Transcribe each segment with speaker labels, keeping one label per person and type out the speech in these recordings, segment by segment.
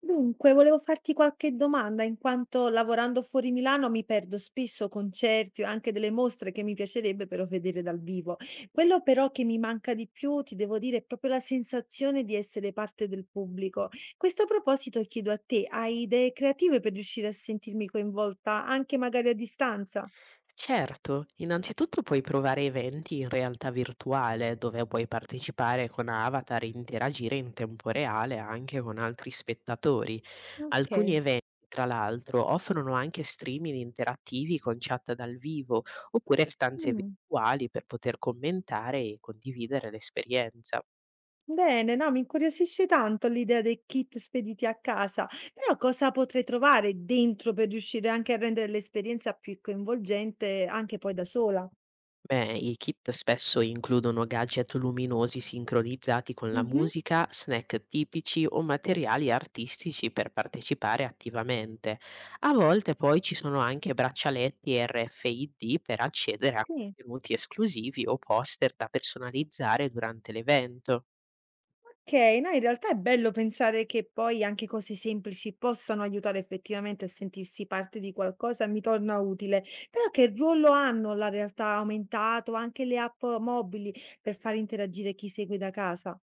Speaker 1: Dunque, volevo farti qualche domanda, in quanto lavorando fuori Milano mi perdo spesso concerti o anche delle mostre che mi piacerebbe però vedere dal vivo. Quello però che mi manca di più, ti devo dire, è proprio la sensazione di essere parte del pubblico. Questo a proposito chiedo a te, hai idee creative per riuscire a sentirmi coinvolta anche magari a distanza?
Speaker 2: Certo, innanzitutto puoi provare eventi in realtà virtuale dove puoi partecipare con avatar e interagire in tempo reale anche con altri spettatori. Alcuni
Speaker 1: Ok.
Speaker 2: eventi, tra l'altro, offrono anche streaming interattivi con chat dal vivo oppure stanze
Speaker 1: Mm.
Speaker 2: virtuali per poter commentare e condividere l'esperienza.
Speaker 1: Bene, no, mi incuriosisce tanto l'idea dei kit spediti a casa, però cosa potrei trovare dentro per riuscire anche a rendere l'esperienza più coinvolgente anche poi da sola?
Speaker 2: Beh, i kit spesso includono gadget luminosi sincronizzati con la
Speaker 1: Mhm.
Speaker 2: musica, snack tipici o materiali artistici per partecipare attivamente. A volte poi ci sono anche braccialetti RFID per accedere a
Speaker 1: Sì.
Speaker 2: contenuti esclusivi o poster da personalizzare durante l'evento.
Speaker 1: Ok, no, in realtà è bello pensare che poi anche cose semplici possano aiutare effettivamente a sentirsi parte di qualcosa, mi torna utile. Però che ruolo hanno la realtà aumentato, anche le app mobili per far interagire chi segue da casa?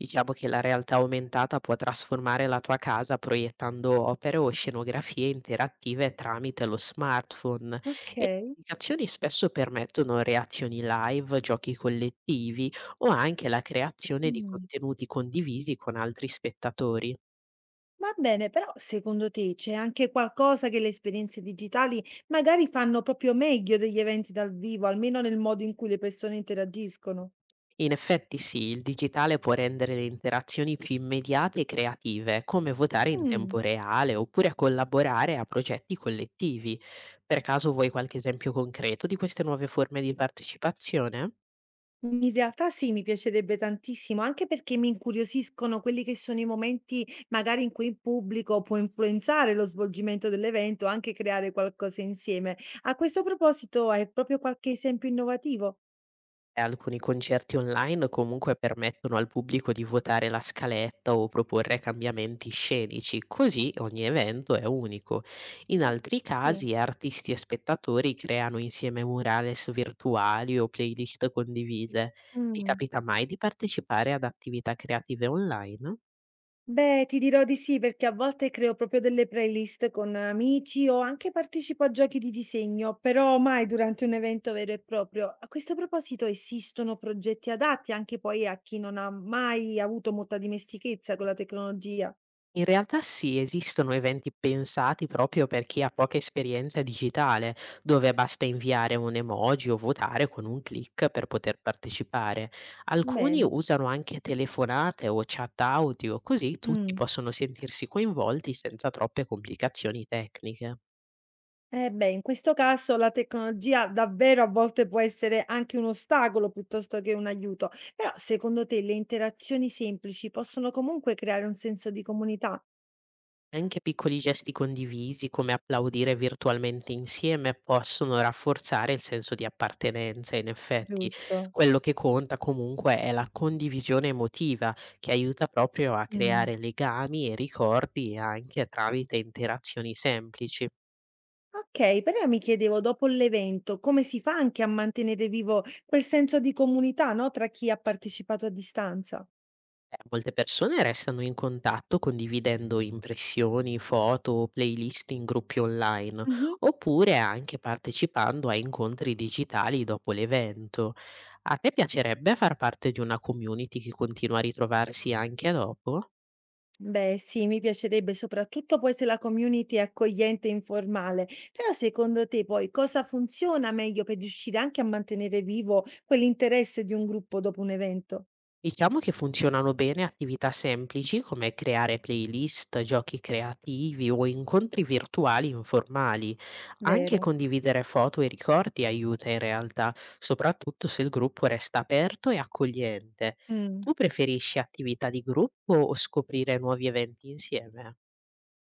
Speaker 2: Diciamo che la realtà aumentata può trasformare la tua casa proiettando opere o scenografie interattive tramite lo smartphone e le
Speaker 1: Ok.
Speaker 2: applicazioni spesso permettono reazioni live, giochi collettivi o anche la creazione di
Speaker 1: Mm.
Speaker 2: contenuti condivisi con altri spettatori.
Speaker 1: Va bene, però secondo te c'è anche qualcosa che le esperienze digitali magari fanno proprio meglio degli eventi dal vivo, almeno nel modo in cui le persone interagiscono?
Speaker 2: In effetti sì, il digitale può rendere le interazioni più immediate e creative, come votare in tempo
Speaker 1: Mm.
Speaker 2: reale oppure collaborare a progetti collettivi. Per caso vuoi qualche esempio concreto di queste nuove forme di partecipazione?
Speaker 1: In realtà sì, mi piacerebbe tantissimo, anche perché mi incuriosiscono quelli che sono i momenti magari in cui il pubblico può influenzare lo svolgimento dell'evento, anche creare qualcosa insieme. A questo proposito, hai proprio qualche esempio innovativo?
Speaker 2: E alcuni concerti online comunque permettono al pubblico di votare la scaletta o proporre cambiamenti scenici, così ogni evento è unico. In
Speaker 1: Ah.
Speaker 2: altri
Speaker 1: Sì.
Speaker 2: casi artisti e spettatori creano insieme murales virtuali o playlist condivise. Ti
Speaker 1: Mm.
Speaker 2: capita mai di partecipare ad attività creative online?
Speaker 1: Beh, ti dirò di sì, perché a volte creo proprio delle playlist con amici o anche partecipo a giochi di disegno, però mai durante un evento vero e proprio. A questo proposito, esistono progetti adatti anche poi a chi non ha mai avuto molta dimestichezza con la tecnologia?
Speaker 2: In realtà sì, esistono eventi pensati proprio per chi ha poca esperienza digitale, dove basta inviare un emoji o votare con un click per poter partecipare. Alcuni
Speaker 1: Bene.
Speaker 2: usano anche telefonate o chat audio, così tutti
Speaker 1: Mm.
Speaker 2: possono sentirsi coinvolti senza troppe complicazioni tecniche.
Speaker 1: Eh beh, in questo caso la tecnologia davvero a volte può essere anche un ostacolo piuttosto che un aiuto, però secondo te le interazioni semplici possono comunque creare un senso di comunità?
Speaker 2: Anche piccoli gesti condivisi, come applaudire virtualmente insieme, possono rafforzare il senso di appartenenza. In effetti,
Speaker 1: Giusto.
Speaker 2: quello che conta comunque è la condivisione emotiva, che aiuta proprio a
Speaker 1: Mm.
Speaker 2: creare legami e ricordi anche tramite interazioni semplici.
Speaker 1: Okay, però mi chiedevo dopo l'evento come si fa anche a mantenere vivo quel senso di comunità, no, tra chi ha partecipato a distanza?
Speaker 2: Molte persone restano in contatto condividendo impressioni, foto o playlist in gruppi online,
Speaker 1: Mh-mh.
Speaker 2: oppure anche partecipando a incontri digitali dopo l'evento. A te piacerebbe far parte di una community che continua a ritrovarsi anche dopo?
Speaker 1: Beh sì, mi piacerebbe soprattutto poi se la community è accogliente e informale, però secondo te poi cosa funziona meglio per riuscire anche a mantenere vivo quell'interesse di un gruppo dopo un evento
Speaker 2: Diciamo che funzionano bene attività semplici come creare playlist, giochi creativi o incontri virtuali informali. Anche
Speaker 1: vero?
Speaker 2: condividere foto e ricordi aiuta in realtà, soprattutto se il gruppo resta aperto e accogliente.
Speaker 1: Mh.
Speaker 2: Tu preferisci attività di gruppo o scoprire nuovi eventi insieme?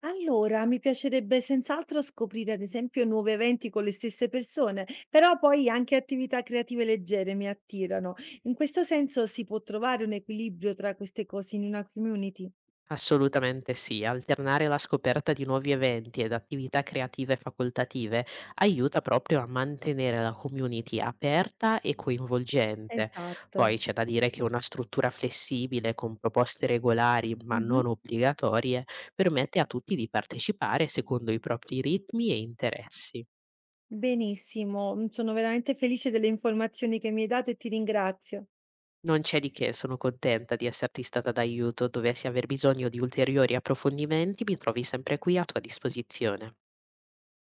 Speaker 1: Allora, mi piacerebbe senz'altro scoprire, ad esempio, nuovi eventi con le stesse persone, però poi anche attività creative leggere mi attirano. In questo senso si può trovare un equilibrio tra queste cose in una community.
Speaker 2: Assolutamente sì, alternare la scoperta di nuovi eventi ed attività creative facoltative aiuta proprio a mantenere la community aperta e coinvolgente.
Speaker 1: Esatto.
Speaker 2: Poi c'è da dire che una struttura flessibile con proposte regolari ma
Speaker 1: Mhm.
Speaker 2: non obbligatorie permette a tutti di partecipare secondo i propri ritmi e interessi.
Speaker 1: Benissimo, sono veramente felice delle informazioni che mi hai dato e ti ringrazio.
Speaker 2: Non c'è di che, sono contenta di esserti stata d'aiuto. Dovessi aver bisogno di ulteriori approfondimenti, mi trovi sempre qui a tua disposizione.